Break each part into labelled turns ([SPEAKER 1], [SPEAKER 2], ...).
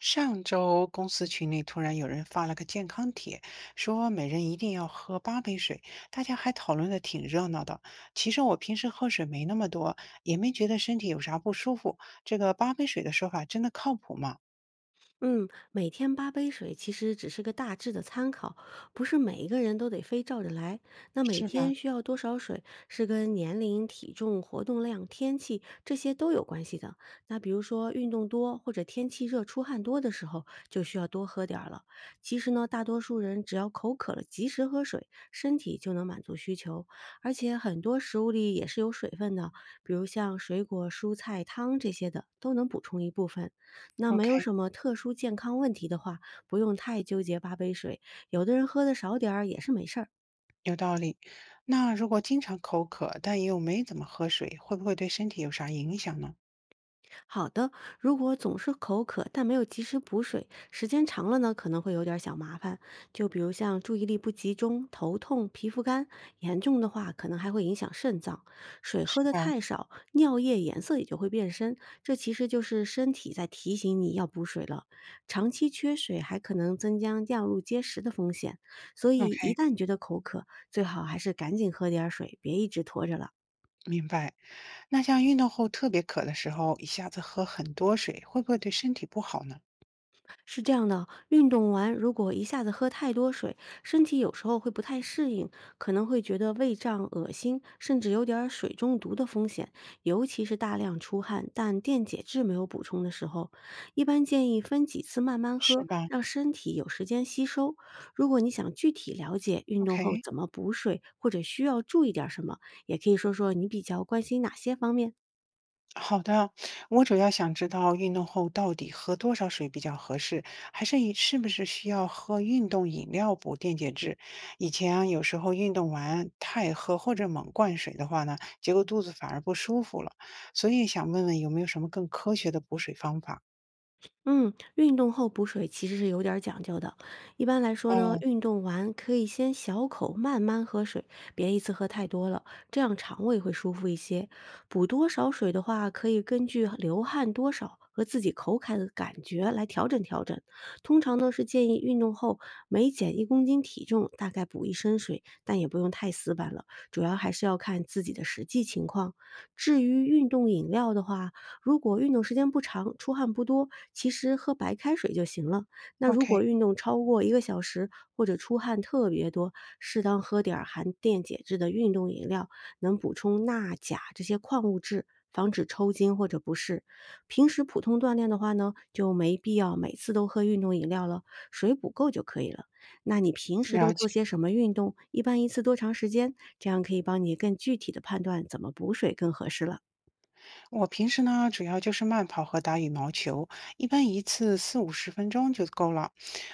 [SPEAKER 1] 上周公司群里突然有人发了个健康帖，说每人一定要喝八杯水，大家还讨论的挺热闹的。其实我平时喝水没那么多，也没觉得身体有啥不舒服。这个八杯水的说法真的靠谱吗？
[SPEAKER 2] 嗯，每天八杯水其实只是个大致的参考，不是每一个人都得非照着来。那每
[SPEAKER 1] 是吧
[SPEAKER 2] 天需要多少水，是跟年龄、体重、活动量、天气这些都有关系的。那比如说运动多或者天气热、出汗多的时候，就需要多喝点儿了。其实呢，大多数人只要口渴了，及时喝水，身体就能满足需求。而且很多食物里也是有水分的，比如像水果、蔬菜、汤这些的，都能补充一部分。那没有
[SPEAKER 1] ？OK，
[SPEAKER 2] 什么特殊健康问题的话，不用太纠结八杯水，有的人喝的少点儿也是没事儿。
[SPEAKER 1] 有道理。那如果经常口渴，但又没怎么喝水，会不会对身体有啥影响呢？
[SPEAKER 2] 好的，如果总是口渴但没有及时补水，时间长了呢，可能会有点儿小麻烦。就比如像注意力不集中、头痛、皮肤干，严重的话可能还会影响肾脏。水
[SPEAKER 1] 是
[SPEAKER 2] 喝的
[SPEAKER 1] 吧
[SPEAKER 2] 太少，尿液颜色也就会变深，这其实就是身体在提醒你要补水了。长期缺水还可能增加尿路结石的风险，所以一
[SPEAKER 1] ？OK，
[SPEAKER 2] 旦觉得口渴，最好还是赶紧喝点儿水，别一直拖着了。
[SPEAKER 1] 明白。那像运动后特别渴的时候，一下子喝很多水，会不会对身体不好呢？
[SPEAKER 2] 是这样的，运动完如果一下子喝太多水，身体有时候会不太适应，可能会觉得胃胀、恶心，甚至有点儿水中毒的风险。尤其是大量出汗但电解质没有补充的时候，一般建议分几次慢慢
[SPEAKER 1] 是
[SPEAKER 2] 喝，
[SPEAKER 1] 吧？
[SPEAKER 2] 让身体有时间吸收。如果你想具体了解运动后
[SPEAKER 1] OK，
[SPEAKER 2] 怎么补水，或者需要注意点儿什么，也可以说说你比较关心哪些方面。
[SPEAKER 1] 好的。我主要想知道运动后到底喝多少水比较合适，还是以是不是需要喝运动饮料补电解质？以前啊，有时候运动完太喝或者猛灌水的话呢，结果肚子反而不舒服了。所以想问问有没有什么更科学的补水方法？
[SPEAKER 2] 嗯，运动后补水其实是有点儿讲究的。一般来说呢，
[SPEAKER 1] 哦
[SPEAKER 2] 运动完可以先小口慢慢喝水，别一次喝太多了，这样肠胃会舒服一些。补多少水的话，可以根据流汗多少和自己口渴的感觉来调整调整。通常呢是建议运动后每减1公斤体重，大概补1升水，但也不用太死板了，主要还是要看自己的实际情况。至于运动饮料的话，如果运动时间不长，出汗不多，其实喝白开水就行了。那如
[SPEAKER 1] ，OK，
[SPEAKER 2] 果运动超过一个小时，或者出汗特别多，适当喝点儿含电解质的运动饮料，能补充钠、钾这些矿物质，防止抽筋或者不适。平时普通锻炼的话呢，就没必要每次都喝运动饮料了，水补够就可以了。那你平时
[SPEAKER 1] 了
[SPEAKER 2] 都
[SPEAKER 1] 解。
[SPEAKER 2] 做些什么运动？一般一次多长时间？这样可以帮你更具体的判断怎么补水更合适了。
[SPEAKER 1] 我平时呢，主要就是慢跑和打羽毛球，一般一次4、50分钟就够了。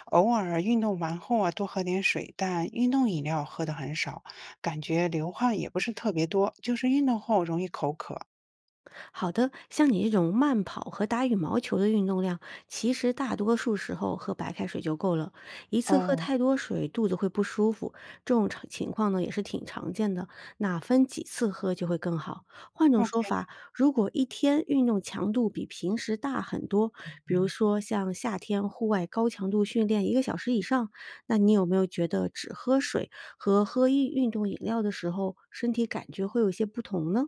[SPEAKER 1] 偶尔运动完后啊，多喝点水，但运动饮料喝的很少，感觉流汗也不是特别多，就是运动后容易口渴。
[SPEAKER 2] 好的，像你这种慢跑和打羽毛球的运动量，其实大多数时候喝白开水就够了。一次喝
[SPEAKER 1] 哦
[SPEAKER 2] 太多水，肚子会不舒服，这种常情况呢也是挺常见的。那分几次喝就会更好。换种说
[SPEAKER 1] ，OK，
[SPEAKER 2] 法，如果一天运动强度比平时大很多，比如说像夏天户外高强度训练1个小时以上，那你有没有觉得只喝水和喝一运动饮料的时候，身体感觉会有些不同呢？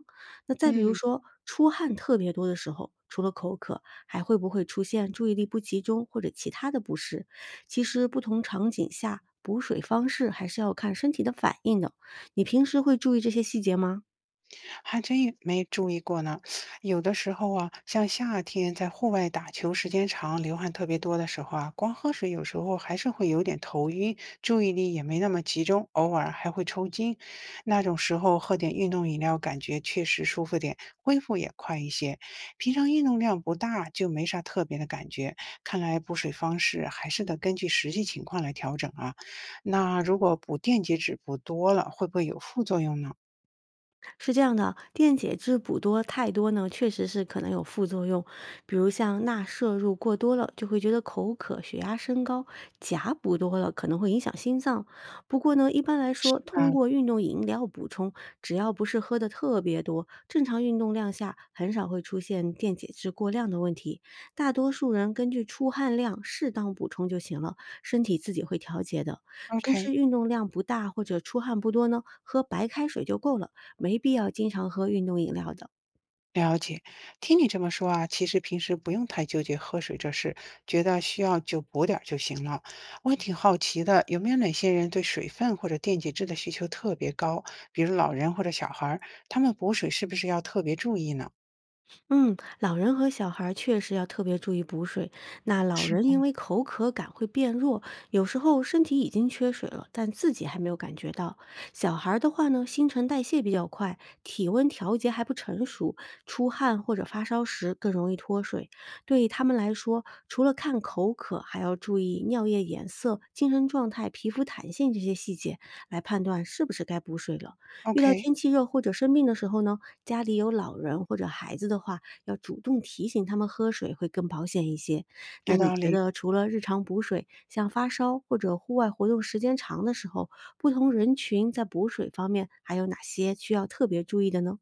[SPEAKER 2] 那再比如
[SPEAKER 1] 嗯。
[SPEAKER 2] 说出汗特别多的时候，除了口渴，还会不会出现注意力不集中或者其他的不适？其实不同场景下补水方式还是要看身体的反应的。你平时会注意这些细节吗？
[SPEAKER 1] 还真也没注意过呢。有的时候啊，像夏天在户外打球时间长，流汗特别多的时候啊，光喝水有时候还是会有点头晕，注意力也没那么集中，偶尔还会抽筋。那种时候喝点运动饮料，感觉确实舒服点，恢复也快一些。平常运动量不大，就没啥特别的感觉。看来补水方式还是得根据实际情况来调整啊。那如果补电解质补多了，会不会有副作用呢？
[SPEAKER 2] 是这样的，电解质补多太多呢，确实是可能有副作用，比如像钠摄入过多了，就会觉得口渴、血压升高；钾补多了可能会影响心脏。不过呢，一般来说，
[SPEAKER 1] 是吧
[SPEAKER 2] 通过运动饮料补充，只要不是喝的特别多，正常运动量下很少会出现电解质过量的问题。大多数人根据出汗量适当补充就行了，身体自己会调节的。平时
[SPEAKER 1] ？OK。
[SPEAKER 2] 运动量不大或者出汗不多呢，喝白开水就够了。没必要经常喝运动饮料的。
[SPEAKER 1] 了解，听你这么说啊，其实平时不用太纠结喝水这事，觉得需要就补点儿就行了。我也挺好奇的，有没有哪些人对水分或者电解质的需求特别高，比如老人或者小孩儿，他们补水是不是要特别注意呢？
[SPEAKER 2] 嗯，老人和小孩儿确实要特别注意补水。那老
[SPEAKER 1] 是
[SPEAKER 2] 人
[SPEAKER 1] 吧
[SPEAKER 2] 因为口渴感会变弱，有时候身体已经缺水了，但自己还没有感觉到。小孩儿的话呢，新陈代谢比较快，体温调节还不成熟，出汗或者发烧时更容易脱水。对于他们来说，除了看口渴，还要注意尿液颜色、精神状态、皮肤弹性这些细节，来判断是不是该补水了。遇到
[SPEAKER 1] ？OK，
[SPEAKER 2] 天气热或者生病的时候呢，家里有老人或者孩子的话，要主动提醒他们喝水会更保险一些。那
[SPEAKER 1] 有
[SPEAKER 2] 你
[SPEAKER 1] 道
[SPEAKER 2] 觉
[SPEAKER 1] 理。
[SPEAKER 2] 得除了日常补水，像发烧或者户外活动时间长的时候，不同人群在补水方面还有哪些需要特别注意的呢？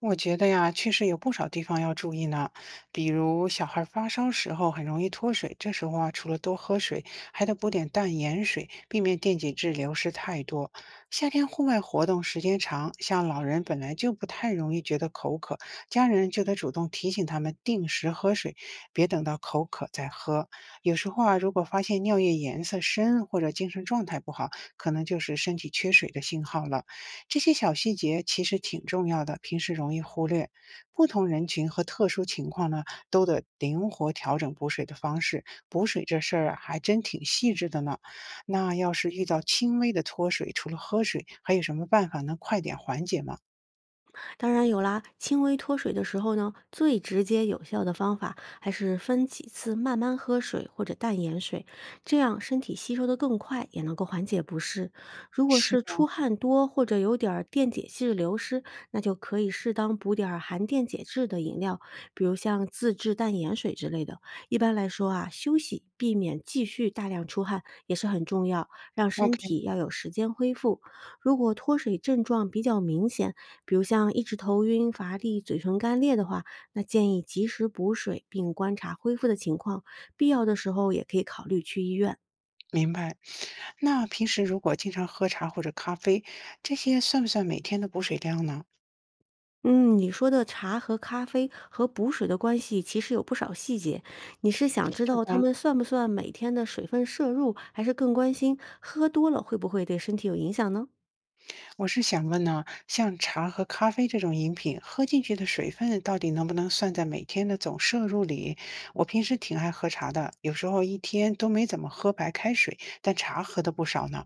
[SPEAKER 1] 我觉得呀，确实有不少地方要注意呢，比如小孩儿发烧时候很容易脱水，这时候啊，除了多喝水，还得补点淡盐水，避免电解质流失太多。夏天户外活动时间长，像老人本来就不太容易觉得口渴，家人就得主动提醒他们定时喝水，别等到口渴再喝。有时候啊，如果发现尿液颜色深或者精神状态不好，可能就是身体缺水的信号了。这些小细节其实挺重要的，平时容易忽略。不同人群和特殊情况呢，都得灵活调整补水的方式。补水这事儿啊还真挺细致的呢。那要是遇到轻微的脱水，除了喝水，还有什么办法能快点缓解吗？
[SPEAKER 2] 当然有啦，轻微脱水的时候呢，最直接有效的方法还是分几次慢慢喝水或者淡盐水，这样身体吸收的更快，也能够缓解不适。如果
[SPEAKER 1] 是
[SPEAKER 2] 是出
[SPEAKER 1] 吧？
[SPEAKER 2] 汗多或者有点儿电解质流失，那就可以适当补点儿含电解质的饮料，比如像自制淡盐水之类的。一般来说啊，休息避免继续大量出汗也是很重要，让身
[SPEAKER 1] ？OK，
[SPEAKER 2] 体要有时间恢复。如果脱水症状比较明显，比如像一直头晕、乏力、嘴唇干裂的话，那建议及时补水，并观察恢复的情况，必要的时候也可以考虑去医院。
[SPEAKER 1] 明白。那平时如果经常喝茶或者咖啡，这些算不算每天的补水量呢？
[SPEAKER 2] 嗯，你说的茶和咖啡和补水的关系其实有不少细节。你是想知
[SPEAKER 1] 是
[SPEAKER 2] 道它
[SPEAKER 1] 吧？
[SPEAKER 2] 们算不算每天的水分摄入，还是更关心喝多了会不会对身体有影响呢？
[SPEAKER 1] 我是想问呢，像茶和咖啡这种饮品，喝进去的水分到底能不能算在每天的总摄入里？我平时挺爱喝茶的，有时候一天都没怎么喝白开水，但茶喝的不少呢。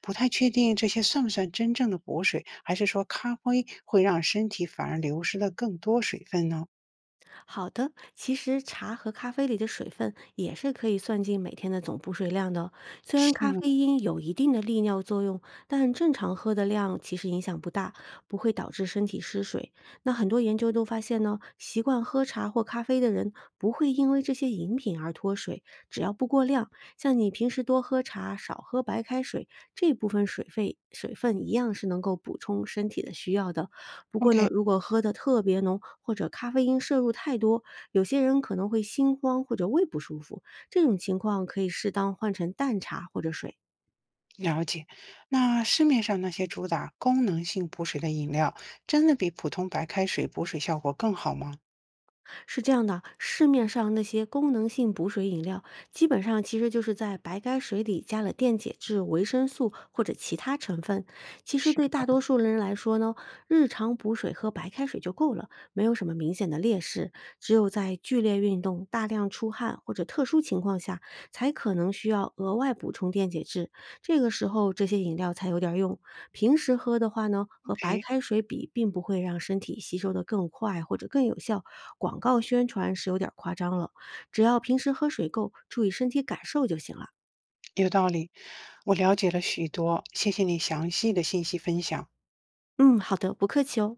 [SPEAKER 1] 不太确定这些算不算真正的补水，还是说咖啡会让身体反而流失了更多水分呢？
[SPEAKER 2] 好的，其实茶和咖啡里的水分也是可以算进每天的总补水量的哦。虽然
[SPEAKER 1] 是
[SPEAKER 2] 咖
[SPEAKER 1] 吗？
[SPEAKER 2] 啡因有一定的利尿作用，但正常喝的量其实影响不大，不会导致身体失水。那很多研究都发现呢，习惯喝茶或咖啡的人不会因为这些饮品而脱水，只要不过量，像你平时多喝茶、少喝白开水，这部分水费水分一样是能够补充身体的需要的。不过呢，
[SPEAKER 1] OK，
[SPEAKER 2] 如果喝的特别浓或者咖啡因摄入太多，有些人可能会心慌或者胃不舒服，这种情况可以适当换成淡茶或者水。
[SPEAKER 1] 了解。那市面上那些主打功能性补水的饮料，真的比普通白开水补水效果更好吗？
[SPEAKER 2] 是这样的，市面上那些功能性补水饮料，基本上其实就是在白开水里加了电解质、维生素或者其他成分。其实
[SPEAKER 1] 是
[SPEAKER 2] 对大多数人来说呢，日常补水喝白开水就够了，没有什么明显的劣势。只有在剧烈运动、大量出汗或者特殊情况下，才可能需要额外补充电解质。这个时候，这些饮料才有点儿用。平时喝的话呢，和白
[SPEAKER 1] ？OK。
[SPEAKER 2] 开水比，并不会让身体吸收的更快或者更有效。广告宣传是有点儿夸张了，只要平时喝水够，注意身体感受就行了。
[SPEAKER 1] 有道理，我了解了许多，谢谢你详细的信息分享。
[SPEAKER 2] 嗯，好的，不客气哦。